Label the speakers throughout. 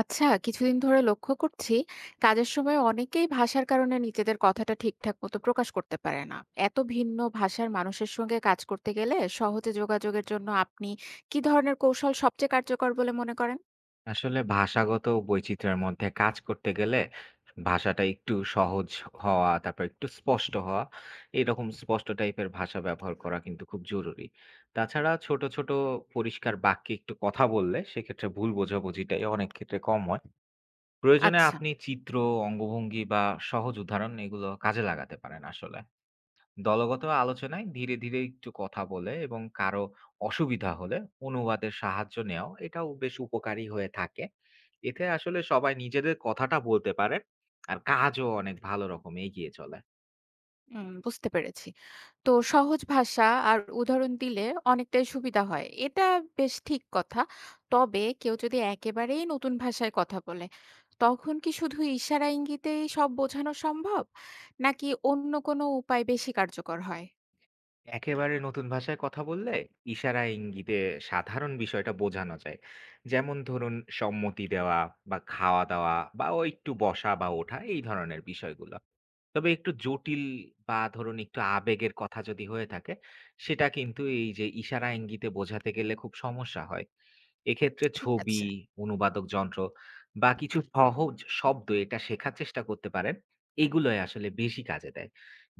Speaker 1: আচ্ছা, কিছুদিন ধরে লক্ষ্য করছি কাজের সময় অনেকেই ভাষার কারণে নিজেদের কথাটা ঠিকঠাক মতো প্রকাশ করতে পারে না। এত ভিন্ন ভাষার মানুষের সঙ্গে কাজ করতে গেলে সহজে যোগাযোগের জন্য আপনি কি ধরনের কৌশল সবচেয়ে কার্যকর বলে মনে করেন?
Speaker 2: আসলে ভাষাগত বৈচিত্র্যের মধ্যে কাজ করতে গেলে ভাষাটা একটু সহজ হওয়া, তারপর একটু স্পষ্ট হওয়া, এরকম স্পষ্ট টাইপের ভাষা ব্যবহার করা কিন্তু খুব জরুরি। তাছাড়া ছোট, ছোট পরিষ্কার বাক্যে একটু কথা বললে সেক্ষেত্রে ভুল বোঝাবুঝিটাই অনেক ক্ষেত্রে কম হয়। প্রয়োজনে
Speaker 1: আচ্ছা।
Speaker 2: আপনি চিত্র, অঙ্গভঙ্গি বা সহজ উদাহরণ এগুলো কাজে লাগাতে পারেন আসলে। দলগত আলোচনায় ধীরে ধীরে একটু কথা বলে এবং কারো অসুবিধা হলে অনুবাদের সাহায্য নেওয়া এটাও বেশ উপকারী হয়ে থাকে। এতে আসলে সবাই নিজেদের কথাটা বলতে পারে আর কাজও অনেক ভালো রকম এগিয়ে চলে।
Speaker 1: হুম, বুঝতে পেরেছি। তো সহজ ভাষা আর উদাহরণ দিলে অনেকটাই সুবিধা হয়। এটা বেশ ঠিক কথা। তবে কেউ যদি একেবারেই নতুন ভাষায় কথা বলে, তখন কি শুধু ইশারা ইঙ্গিতেই সব বোঝানো সম্ভব? নাকি অন্য কোনো উপায় বেশি কার্যকর হয়?
Speaker 2: একেবারে নতুন ভাষায় কথা বললে ইশারা ইঙ্গিতে সাধারণ বিষয়টা বোঝানো যায়, যেমন ধরুন সম্মতি দেওয়া বা খাওয়া দাওয়া বা ও একটু বসা বা ওঠা এই ধরনের বিষয়গুলো। তবে একটু জটিল বা ধরুন একটু আবেগের কথা যদি হয়ে থাকে, সেটা কিন্তু এই যে ইশারা ইঙ্গিতে বোঝাতে গেলে খুব সমস্যা হয়। এক্ষেত্রে
Speaker 1: ঠিক
Speaker 2: ছবি,
Speaker 1: আছে।
Speaker 2: অনুবাদক যন্ত্র বা কিছু সহজ শব্দ এটা শেখার চেষ্টা করতে পারেন। এগুলোই আসলে বেশি কাজে দেয়।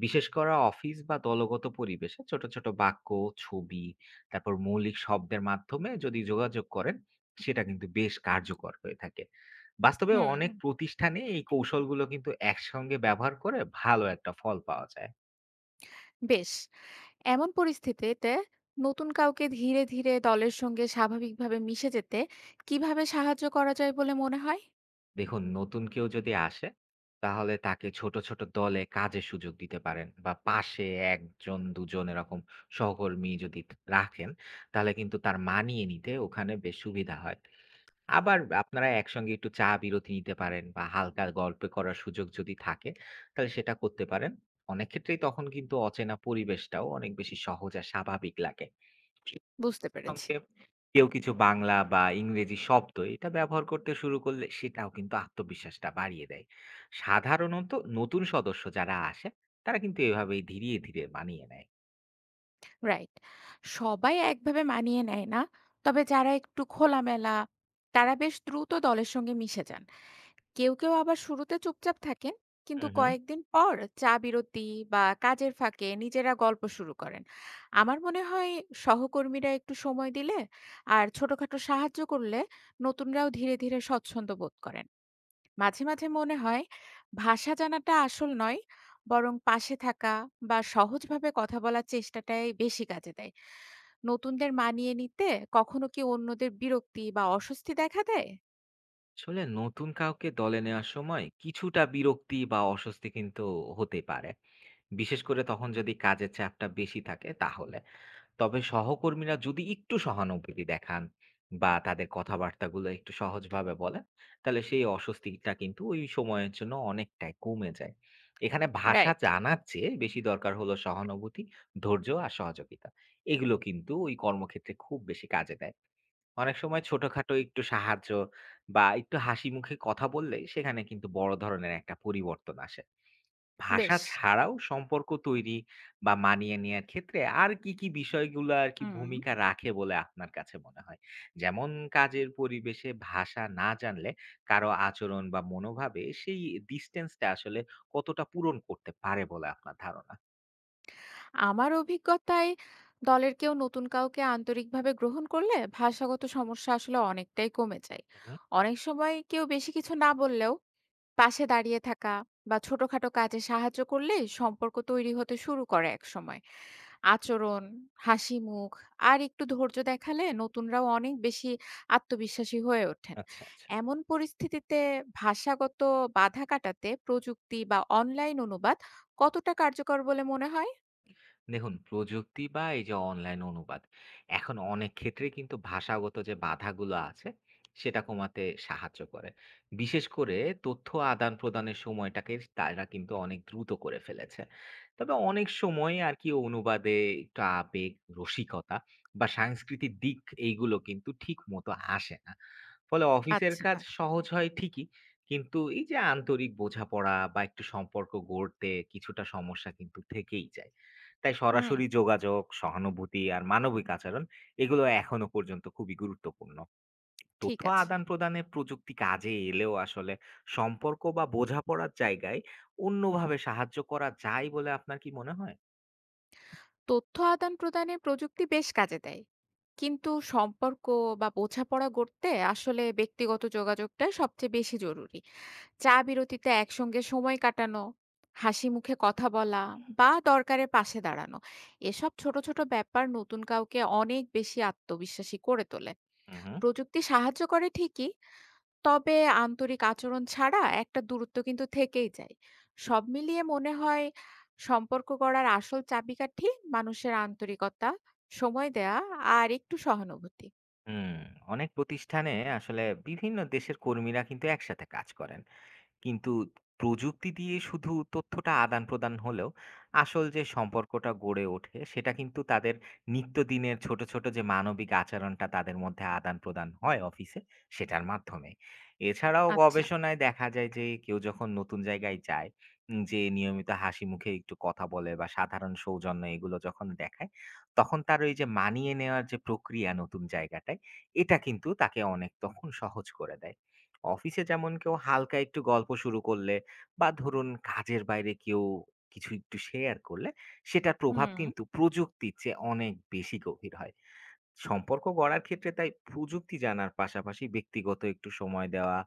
Speaker 2: বিশেষ করে অফিস বা দলগত পরিবেশে ছোট, ছোট বাক্য, ছবি, তারপর মৌলিক শব্দের মাধ্যমে যদি যোগাযোগ করেন, সেটা কিন্তু বেশ কার্যকর হয়ে থাকে। বাস্তবে
Speaker 1: হুম,
Speaker 2: অনেক প্রতিষ্ঠানে এই কৌশলগুলো কিন্তু একসঙ্গে ব্যবহার করে ভালো একটা ফল পাওয়া যায়।
Speaker 1: বেশ। এমন পরিস্থিতিতে নতুন কাউকে ধীরে ধীরে দলের সঙ্গে স্বাভাবিকভাবে মিশে যেতে কিভাবে সাহায্য করা যায় বলে মনে হয়?
Speaker 2: দেখুন নতুন কেউ যদি আসে, তাহলে তাকে ছোট, ছোট দলে কাজের সুযোগ দিতে পারেন বা পাশে ১ জন ২ জন এরকম সহকর্মী যদি রাখেন, তাহলে কিন্তু তার মানিয়ে নিতে ওখানে বেশ সুবিধা হয়। আবার আপনারা একসঙ্গে একটু চা বিরতি নিতে পারেন বা হালকা গল্প করার সুযোগ যদি থাকে, তাহলে সেটা করতে পারেন। অনেক ক্ষেত্রেই তখন কিন্তু অচেনা পরিবেশটাও অনেক বেশি সহজ আর স্বাভাবিক লাগে।
Speaker 1: বুঝতে পেরেছি।
Speaker 2: সঙ্গে কেউ কিছু বাংলা বা ইংরেজি শব্দ এটা ব্যবহার করতে শুরু করলে সেটাও কিন্তু আত্মবিশ্বাসটা বাড়িয়ে দেয়। সাধারণত নতুন সদস্য যারা আসে তারা কিন্তু এভাবেই ধীরে ধীরে মানিয়ে নেয়।
Speaker 1: রাইট। সবাই একভাবে মানিয়ে নেয় না। তবে যারা একটু খোলামেলা, তারা বেশ দ্রুত দলের সঙ্গে মিশে যান। কেউ, কেউ আবার শুরুতে চুপচাপ থাকেন, কিন্তু
Speaker 2: হুম হুম।
Speaker 1: কয়েকদিন পর চা বিরতি বা কাজের ফাঁকে নিজেরা গল্প শুরু করেন। আমার মনে হয় সহকর্মীরা একটু সময় দিলে আর ছোটখাটো সাহায্য করলে নতুনরাও ধীরে, ধীরে স্বচ্ছন্দ বোধ করেন। মাঝে, মাঝে মনে হয় ভাষা জানাটা আসল নয়, বরং পাশে থাকা বা সহজভাবে কথা বলার চেষ্টাটাই বেশি কাজে দেয়। নতুনদের মানিয়ে নিতে কখনো কি অন্যদের বিরক্তি বা অস্বস্তি দেখা দেয়?
Speaker 2: আসলে নতুন কাউকে দলে নেওয়ার সময় কিছুটা বিরক্তি বা অস্বস্তি কিন্তু হতে পারে, বিশেষ করে তখন যদি কাজের চাপটা বেশি থাকে তাহলে। তবে সহকর্মীরা যদি একটু সহানুভূতি দেখান বা তাদের কথাবার্তাগুলো একটু সহজভাবে বলেন, তাহলে সেই অস্বস্তিটা কিন্তু ওই সময়ের জন্য অনেকটাই কমে যায়। এখানে ভাষা
Speaker 1: রাইট।
Speaker 2: জানার চেয়ে বেশি দরকার হলো সহানুভূতি, ধৈর্য আর সহযোগিতা। এগুলো কিন্তু ওই কর্মক্ষেত্রে খুব বেশি কাজে দেয়। অনেক সময় ছোটখাটো একটু সাহায্য বা একটু হাসি মুখে কথা বললে সেখানে কিন্তু বড় ধরনের একটা পরিবর্তন আসে। ভাষা
Speaker 1: বেশ।
Speaker 2: ছাড়াও সম্পর্ক তৈরি বা মানিয়ে নেয়ার ক্ষেত্রে আর কি, কি বিষয়গুলো আর কি
Speaker 1: হুম।
Speaker 2: ভূমিকা রাখে বলে আপনার কাছে মনে হয়? যেমন কাজের পরিবেশে ভাষা না জানলে কারো আচরণ বা মনোভাবে সেই distance টা আসলে কতটা পূরণ করতে পারে বলে আপনার ধারণা?
Speaker 1: আমার অভিজ্ঞতায় দলের কেউ নতুন কাউকে আন্তরিকভাবে গ্রহণ করলে ভাষাগত সমস্যা আসলে অনেকটাই কমে যায়।
Speaker 2: হু, হু।
Speaker 1: অনেক সময় কেউ বেশি কিছু না বললেও পাশে দাঁড়িয়ে থাকা বা ছোটখাটো কাজে সাহায্য করলে সম্পর্ক তৈরি হতে শুরু করে এক সময়। আচরণ, হাসি মুখ আর একটু ধৈর্য দেখালে নতুনরাও অনেক বেশি আত্মবিশ্বাসী হয়ে ওঠেন।
Speaker 2: আচ্ছা, আচ্ছা।
Speaker 1: এমন পরিস্থিতিতে ভাষাগত বাধা কাটাতে প্রযুক্তি বা অনলাইন অনুবাদ কতটা কার্যকর বলে মনে হয়?
Speaker 2: দেখুন, প্রযুক্তি বা এই যে অনলাইন অনুবাদ এখন অনেক ক্ষেত্রেই কিন্তু ভাষাগত যে বাধাগুলো আছে সেটা কমাতে সাহায্য করে। বিশেষ করে তথ্য আদান-প্রদানের সময়টাকে তারা কিন্তু অনেক দ্রুত করে ফেলেছে। তবে অনেক সময় আর কি অনুবাদে একটু আবেগ, রসিকতা বা সাংস্কৃতিক দিক এইগুলো কিন্তু ঠিক মতো আসে না। ফলে অফিসের
Speaker 1: আচ্ছা।
Speaker 2: কাজ সহজ হয় ঠিকই, কিন্তু এই যে আন্তরিক বোঝাপড়া বা একটু সম্পর্ক গড়তে কিছুটা সমস্যা কিন্তু থেকেই যায়। তাই
Speaker 1: হুম।
Speaker 2: সরাসরি যোগাযোগ, সহানুভূতি আর মানবিক আচরণ এগুলো এখনো পর্যন্ত খুবই গুরুত্বপূর্ণ।
Speaker 1: ঠিক
Speaker 2: তথ্য
Speaker 1: আছে।
Speaker 2: আদান-প্রদানে প্রযুক্তি কাজে এলেও আসলে সম্পর্ক বা বোঝাপড়ার জায়গায় অন্যভাবে সাহায্য করা যায় বলে আপনার কি মনে হয়?
Speaker 1: তথ্য আদান-প্রদানে প্রযুক্তি বেশ কাজে দেয়। কিন্তু সম্পর্ক বা বোঝাপড়া গড়তে আসলে ব্যক্তিগত যোগাযোগটা সবচেয়ে বেশি জরুরি। চা বিরতিতে একসঙ্গে সময় কাটানো, হাসি মুখে কথা বলা বা দরকারে পাশে দাঁড়ানো। এসব ছোট, ছোট ব্যাপার নতুন কাউকে অনেক বেশি আত্মবিশ্বাসী করে তোলে।
Speaker 2: হুম, হুম।
Speaker 1: প্রযুক্তি সাহায্য করে ঠিকই, তবে আন্তরিক আচরণ ছাড়া একটা দূরত্ব কিন্তু থেকেই যায়। সব মিলিয়ে মনে হয় সম্পর্ক গড়ার আসল চাবিকাঠি মানুষের আন্তরিকতা, সময় দেয়া আর একটু সহানুভূতি।
Speaker 2: হুম, অনেক প্রতিষ্ঠানে আসলে বিভিন্ন দেশের কর্মীরা কিন্তু একসাথে কাজ করেন। কিন্তু প্রযুক্তি দিয়ে শুধু তথ্যটা আদান-প্রদান হলেও আসল যে সম্পর্কটা গড়ে ওঠে সেটা কিন্তু তাদের নিত্যদিনের ছোট, ছোট যে মানবিক আচরণটা তাদের মধ্যে আদান-প্রদান হয় অফিসে সেটার মাধ্যমে। এছাড়াও
Speaker 1: আচ্ছা।
Speaker 2: গবেষণায় দেখা যায় যে কেউ যখন নতুন জায়গায় যায়, যে নিয়মিত হাসি মুখে একটু কথা বলে বা সাধারণ সৌজন্য এগুলো যখন দেখায়, তখন তার ওই যে মানিয়ে নেওয়ার যে প্রক্রিয়া নতুন জায়গাটায়, এটা কিন্তু তাকে অনেক তখন সহজ করে দেয়। অফিসে যেমন কেউ হালকা একটু গল্প শুরু করলে বা ধরুন কাজের বাইরে কেউ কিছু একটু শেয়ার করলে সেটার প্রভাব
Speaker 1: হুম।
Speaker 2: কিন্তু প্রযুক্তির চেয়ে অনেক বেশি গভীর হয়। সম্পর্ক গড়ার ক্ষেত্রে তাই প্রযুক্তি জানার পাশাপাশি ব্যক্তিগত একটু সময় দেওয়া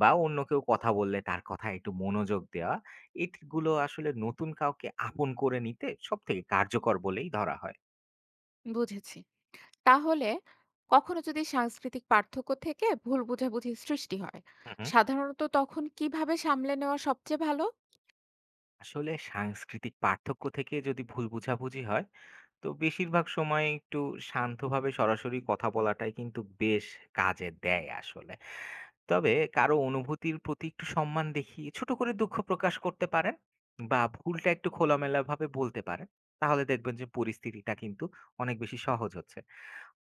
Speaker 2: বা অন্য কেউ কথা বললে তার কথা একটু মনোযোগ দেওয়া এগুলো আসলে নতুন কাউকে আপন করে নিতে সব থেকে কার্যকর বলেই ধরা হয়।
Speaker 1: বুঝেছি। তাহলে কখনো যদি সাংস্কৃতিক পার্থক্য থেকে ভুল বোঝাবুঝির সৃষ্টি হয়
Speaker 2: হুম হুম।
Speaker 1: সাধারণত তখন কিভাবে সামলে নেওয়া সবচেয়ে ভালো?
Speaker 2: আসলে সাংস্কৃতিক পার্থক্য থেকে যদি ভুল বোঝাবুঝি হয়, তো বেশিরভাগ সময় একটু শান্তভাবে সরাসরি কথা বলাটাই কিন্তু বেশ কাজে দেয় আসলে। তবে কারো অনুভূতির প্রতি একটু সম্মান দেখিয়ে ছোট করে দুঃখ প্রকাশ করতে পারেন বা ভুলটা একটু খোলামেলাভাবে বলতে পারেন। তাহলে দেখবেন যে পরিস্থিতিটা কিন্তু অনেক বেশি সহজ হচ্ছে।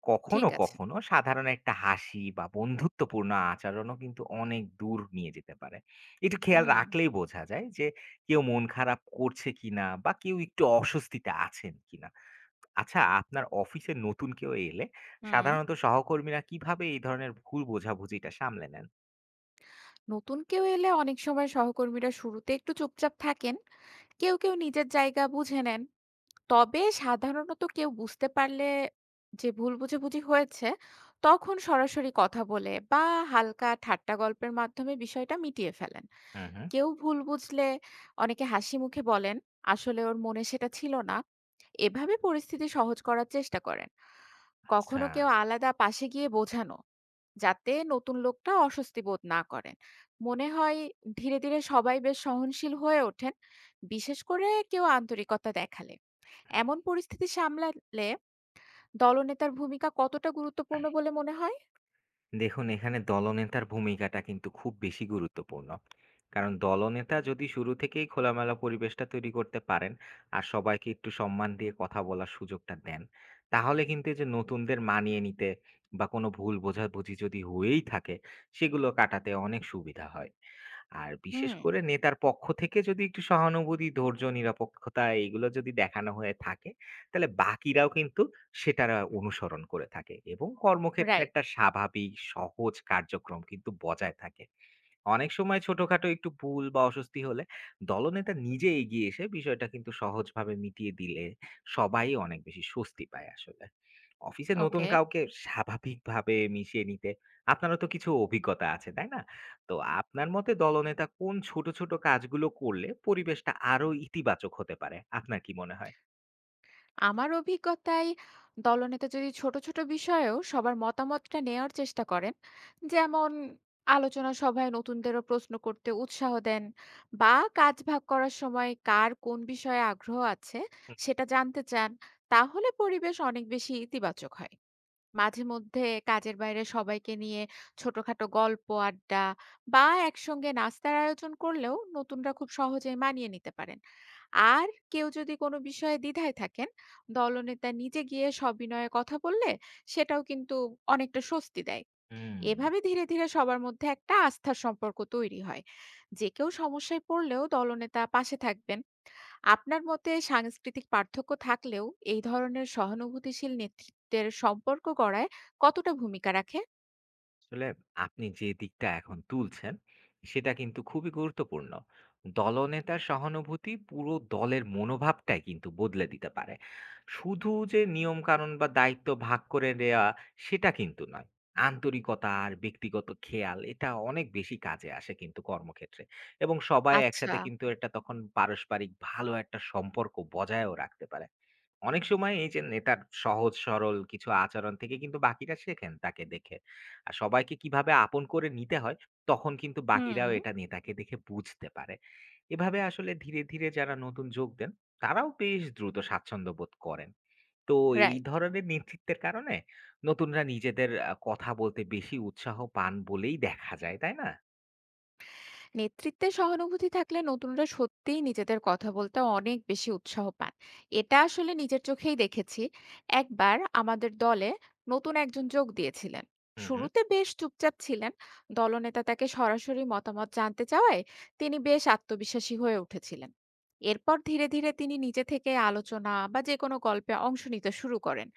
Speaker 2: কখনো,
Speaker 1: ঠিক আছে।
Speaker 2: কখনো সাধারণ একটা হাসি বা বন্ধুত্বপূর্ণ আচরণও কিন্তু অনেক দূর নিয়ে যেতে পারে। একটু খেয়াল
Speaker 1: হুম।
Speaker 2: রাখলেই বোঝা যায় যে কেউ মন খারাপ করছে কিনা বা কেউ একটু অস্বস্তিতে আছেন কিনা। আচ্ছা, আপনার অফিসে নতুন কেউ এলে
Speaker 1: হুম।
Speaker 2: সাধারণত সহকর্মীরা কিভাবে এই ধরনের ভুল বোঝাবুঝিটা সামলে নেন?
Speaker 1: নতুন কেউ এলে অনেক সময় সহকর্মীরা শুরুতে একটু চুপচাপ থাকেন। কেউ কেউ নিজের জায়গা বুঝে নেন। তবে সাধারণত কেউ বুঝতে পারলে যে ভুল বুঝাবুঝি হয়েছে, তখন সরাসরি কথা বলে বা হালকা ঠাট্টা গল্পের মাধ্যমে বিষয়টা মিটিয়ে ফেলেন।
Speaker 2: হু, হু।
Speaker 1: কেউ ভুল বুঝলে অনেকে হাসি মুখে বলেন, আসলে ওর মনে সেটা ছিল না। এভাবে পরিস্থিতি সহজ করার চেষ্টা করেন।
Speaker 2: আচ্ছা।
Speaker 1: কখনো কেউ আলাদা পাশে গিয়ে বোঝানো, যাতে নতুন লোকটা অস্বস্তি বোধ না করেন। মনে হয় ধীরে ধীরে সবাই বেশ সহনশীল হয়ে ওঠেন, বিশেষ করে কেউ আন্তরিকতা দেখালে। এমন পরিস্থিতি সামলালে দলনেতার ভূমিকা কতটা গুরুত্বপূর্ণ বলে মনে হয়?
Speaker 2: দেখুন এখানে দলনেতার ভূমিকাটা কিন্তু খুব বেশি গুরুত্বপূর্ণ। কারণ দলনেতা যদি শুরু থেকেই খোলামেলা পরিবেশটা তৈরি করতে পারেন আর সবাইকে একটু সম্মান দিয়ে কথা বলার সুযোগটা দেন, তাহলে কিন্তু এই যে নতুনদের মানিয়ে নিতে বা কোনো ভুল বোঝাবুঝি যদি হয়েই থাকে, সেগুলো কাটাতে অনেক সুবিধা হয়। আর বিশেষ
Speaker 1: হুম।
Speaker 2: করে নেতার পক্ষ থেকে যদি একটু সহানুভূতি, ধৈর্য, নিরপেক্ষতা এগুলো যদি দেখানো হয়ে থাকে, তাহলে বাকিরাও কিন্তু সেটারা অনুসরণ করে থাকে এবং কর্মক্ষেত্রে
Speaker 1: রাইট।
Speaker 2: একটা স্বাভাবিক সহজ কার্যক্রম কিন্তু বজায় থাকে। অনেক সময় ছোটখাটো একটু ভুল বা অস্বস্তি হলে দলনেতা নিজে এগিয়ে এসে বিষয়টা কিন্তু সহজভাবে মিটিয়ে দিলে সবাই অনেক বেশি স্বস্তি পায় আসলে। অফিসে নতুন
Speaker 1: ওকে।
Speaker 2: কাউকে স্বাভাবিকভাবে মিশিয়ে নিতে আপনারও তো কিছু অভিজ্ঞতা আছে, তাই না? তো আপনার মতে দলনেতা কোন ছোট, ছোট কাজগুলো করলে পরিবেশটা আরো ইতিবাচক হতে পারে? আপনার কি মনে হয়?
Speaker 1: আমার অভিজ্ঞতায় দলনেতা যদি ছোট ছোট বিষয়েও সবার মতামতটা নেওয়ার চেষ্টা করেন, যেমন আলোচনা সভায় নতুনদেরও প্রশ্ন করতে উৎসাহ দেন বা কাজ ভাগ করার সময় কার কোন বিষয়ে আগ্রহ আছে সেটা জানতে চান, তাহলে পরিবেশ অনেক বেশি ইতিবাচক হয়। মাঝে মধ্যে কাজের বাইরে সবাইকে নিয়ে ছোটখাটো গল্প আড্ডা বা একসঙ্গে নাস্তার আয়োজন করলেও নতুনরা খুব সহজেই মানিয়ে নিতে পারেন। আর কেউ যদি কোনো বিষয়ে দ্বিধায় থাকেন, দলনেতা নিজে গিয়ে সবিনয়ে কথা বললে সেটাও কিন্তু অনেকটা স্বস্তি দেয়।
Speaker 2: হুম।
Speaker 1: এভাবে ধীরে ধীরে সবার মধ্যে একটা আস্থার সম্পর্ক তৈরি হয় যে কেউ সমস্যায় পড়লেও দলনেতা পাশে থাকবেন। আপনার মতে সাংস্কৃতিক পার্থক্য থাকলেও এই ধরনের সহানুভূতিশীল নেতৃত্বের সম্পর্ক গড়ায় কতটা ভূমিকা রাখে?
Speaker 2: আসলে আপনি যে দিকটা এখন তুলছেন সেটা কিন্তু খুবই গুরুত্বপূর্ণ। দলনেতার সহানুভূতি পুরো দলের মনোভাবটাই কিন্তু বদলে দিতে পারে। শুধু যে নিয়ম কানুন বা দায়িত্ব ভাগ করে দেওয়া সেটা কিন্তু নয়, আন্তরিকতা আর ব্যক্তিগত খেয়াল এটা অনেক বেশি কাজে আসে কিন্তু কর্মক্ষেত্রে, এবং সবাই
Speaker 1: আচ্ছা।
Speaker 2: একসাথে কিন্তু এটা তখন পারস্পরিক ভালো একটা সম্পর্ক বজায়ও রাখতে পারে। অনেক সময় এই যে নেতার সহজ সরল কিছু আচরণ থেকে কিন্তু বাকিরা শেখেন তাকে দেখে, আর সবাইকে কিভাবে আপন করে নিতে হয়, তখন কিন্তু
Speaker 1: হুম।
Speaker 2: বাকিরাও এটা নেতাকে দেখে বুঝতে পারে। এভাবে আসলে ধীরে, ধীরে যারা নতুন যোগ দেন, তারাও বেশ দ্রুত স্বাচ্ছন্দ্য বোধ করেন। তো এই
Speaker 1: রাইট।
Speaker 2: ধরনের নেতৃত্বের কারণে নতুনরা নিজেদের কথা বলতে বেশি উৎসাহ পান বলেই দেখা যায়, তাই না?
Speaker 1: নেতৃত্বে সহানুভূতি থাকলে নতুনরা সত্যিই নিজেদের কথা বলতে অনেক বেশি উৎসাহ পান। এটা আসলে নিজের চোখেই দেখেছি। একবার আমাদের দলে নতুন একজন যোগ দিয়েছিলেন।
Speaker 2: হু, হু।
Speaker 1: শুরুতে বেশ চুপচাপ ছিলেন। দলনেতা তাকে সরাসরি মতামত জানতে চাওয়ায় তিনি বেশ আত্মবিশ্বাসী হয়ে উঠেছিলেন। এরপর ধীরে ধীরে তিনি নিজে থেকে আলোচনা বা যে কোনো গল্পে অংশ নিতে শুরু করেন।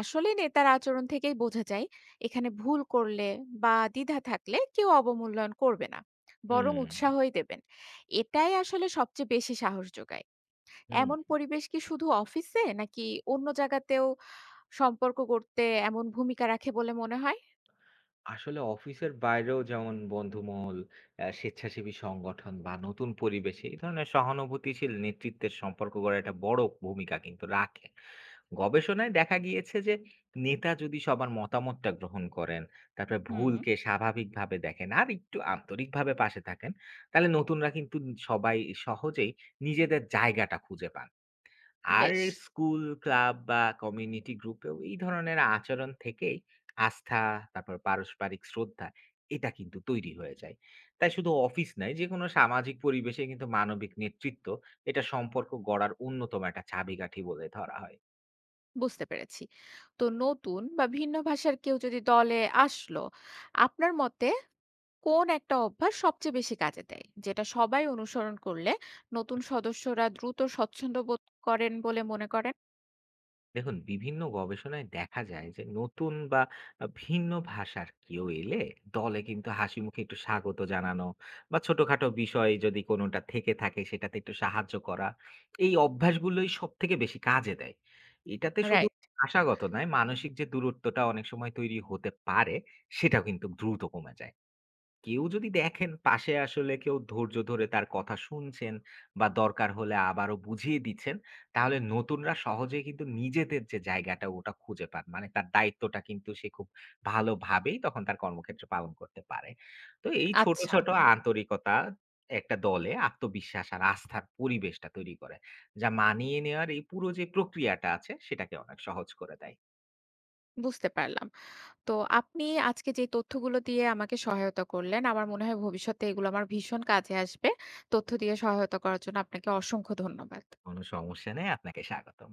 Speaker 1: আসলে নেতার আচরণ থেকেই বোঝা যায় এখানে ভুল করলে বা দ্বিধা থাকলে কেউ অবমূল্যায়ন করবে না, বরং
Speaker 2: হুম,
Speaker 1: উৎসাহই দেবেন। এটাই আসলে সবচেয়ে বেশি সাহস যোগায়।
Speaker 2: হুম।
Speaker 1: এমন পরিবেশ কি শুধু অফিসে নাকি অন্য জায়গাতেও সম্পর্ক গড়তে এমন ভূমিকা রাখে বলে মনে হয়?
Speaker 2: আসলে অফিসের বাইরেও যেমন বন্ধুমহল, স্বেচ্ছাসেবী সংগঠন বা নতুন পরিবেশে এই ধরনের সহানুভূতিশীল নেতৃত্বের সম্পর্ক গড়ে একটা বড় ভূমিকা কিন্তু রাখে। গবেষণায় দেখা গিয়েছে যে নেতা যদি সবার মতামতটা গ্রহণ করেন, তারপরে
Speaker 1: হুম।
Speaker 2: ভুলকে স্বাভাবিকভাবে দেখেন আর একটু আন্তরিকভাবে পাশে থাকেন, তাহলে নতুনরা কিন্তু সবাই সহজেই নিজেদের জায়গাটা খুঁজে পান। আর
Speaker 1: বেশ।
Speaker 2: স্কুল ক্লাব বা কমিউনিটি গ্রুপেও এই ধরনের আচরণ থেকেই আস্থা, তারপর পারস্পরিক শ্রদ্ধা এটা কিন্তু তৈরি হয়ে যায়। তাই শুধু অফিস নয়, যে কোনো সামাজিক পরিবেশে কিন্তু মানবিক নেতৃত্ব এটা সম্পর্ক গড়ার অন্যতম একটা চাবিকাঠি বলে ধরা হয়।
Speaker 1: বুঝতে পেরেছি। তো নতুন বা ভিন্ন ভাষার কেউ যদি দলে আসলো, আপনার মতে কোন একটা অভ্যাস সবচেয়ে বেশি কাজে দেয়, যেটা সবাই অনুসরণ করলে নতুন সদস্যরা দ্রুত স্বচ্ছন্দ বোধ করেন বলে মনে করেন?
Speaker 2: দেখুন বিভিন্ন গবেষণায় দেখা যায় যে নতুন বা ভিন্ন ভাষার কেউ এলে দলে কিন্তু হাসি মুখে একটু স্বাগত জানানো বা ছোটখাটো বিষয় যদি কোনোটা থেকে থাকে সেটাতে একটু সাহায্য করা, এই অভ্যাসগুলোই সব থেকে বেশি কাজে দেয়। এটাতে শুধু
Speaker 1: রাইট।
Speaker 2: ভাষাগত নয়, মানসিক যে দূরত্বটা অনেক সময় তৈরি হতে পারে সেটাও কিন্তু দ্রুত কমে যায়। কেউ যদি দেখেন পাশে আসলে কেউ ধৈর্য ধরে তার কথা শুনছেন বা দরকার হলে আবারও বুঝিয়ে দিচ্ছেন, তাহলে নতুনরা সহজেই কিন্তু নিজেদের যে জায়গাটা ওটা খুঁজে পান। মানে তার দায়িত্বটা কিন্তু সে খুব ভালোভাবেই তখন তার কর্মক্ষেত্রে পালন করতে পারে। তো এই ছোট,
Speaker 1: আচ্ছা।
Speaker 2: ছোট আন্তরিকতা একটা দলে আত্মবিশ্বাস আর আস্থার পরিবেশটা তৈরি করে, যা মানিয়ে নেওয়ার এই পুরো যে প্রক্রিয়াটা আছে সেটাকে অনেক সহজ করে দেয়।
Speaker 1: বুঝতে পারলাম। তো আপনি আজকে যে তথ্যগুলো দিয়ে আমাকে সহায়তা করলেন, আমার মনে হয় ভবিষ্যতে এগুলো আমার ভীষণ কাজে আসবে। তথ্য দিয়ে সহায়তা করার জন্য আপনাকে অসংখ্য ধন্যবাদ।
Speaker 2: কোনো সমস্যা নেই। আপনাকে স্বাগতম।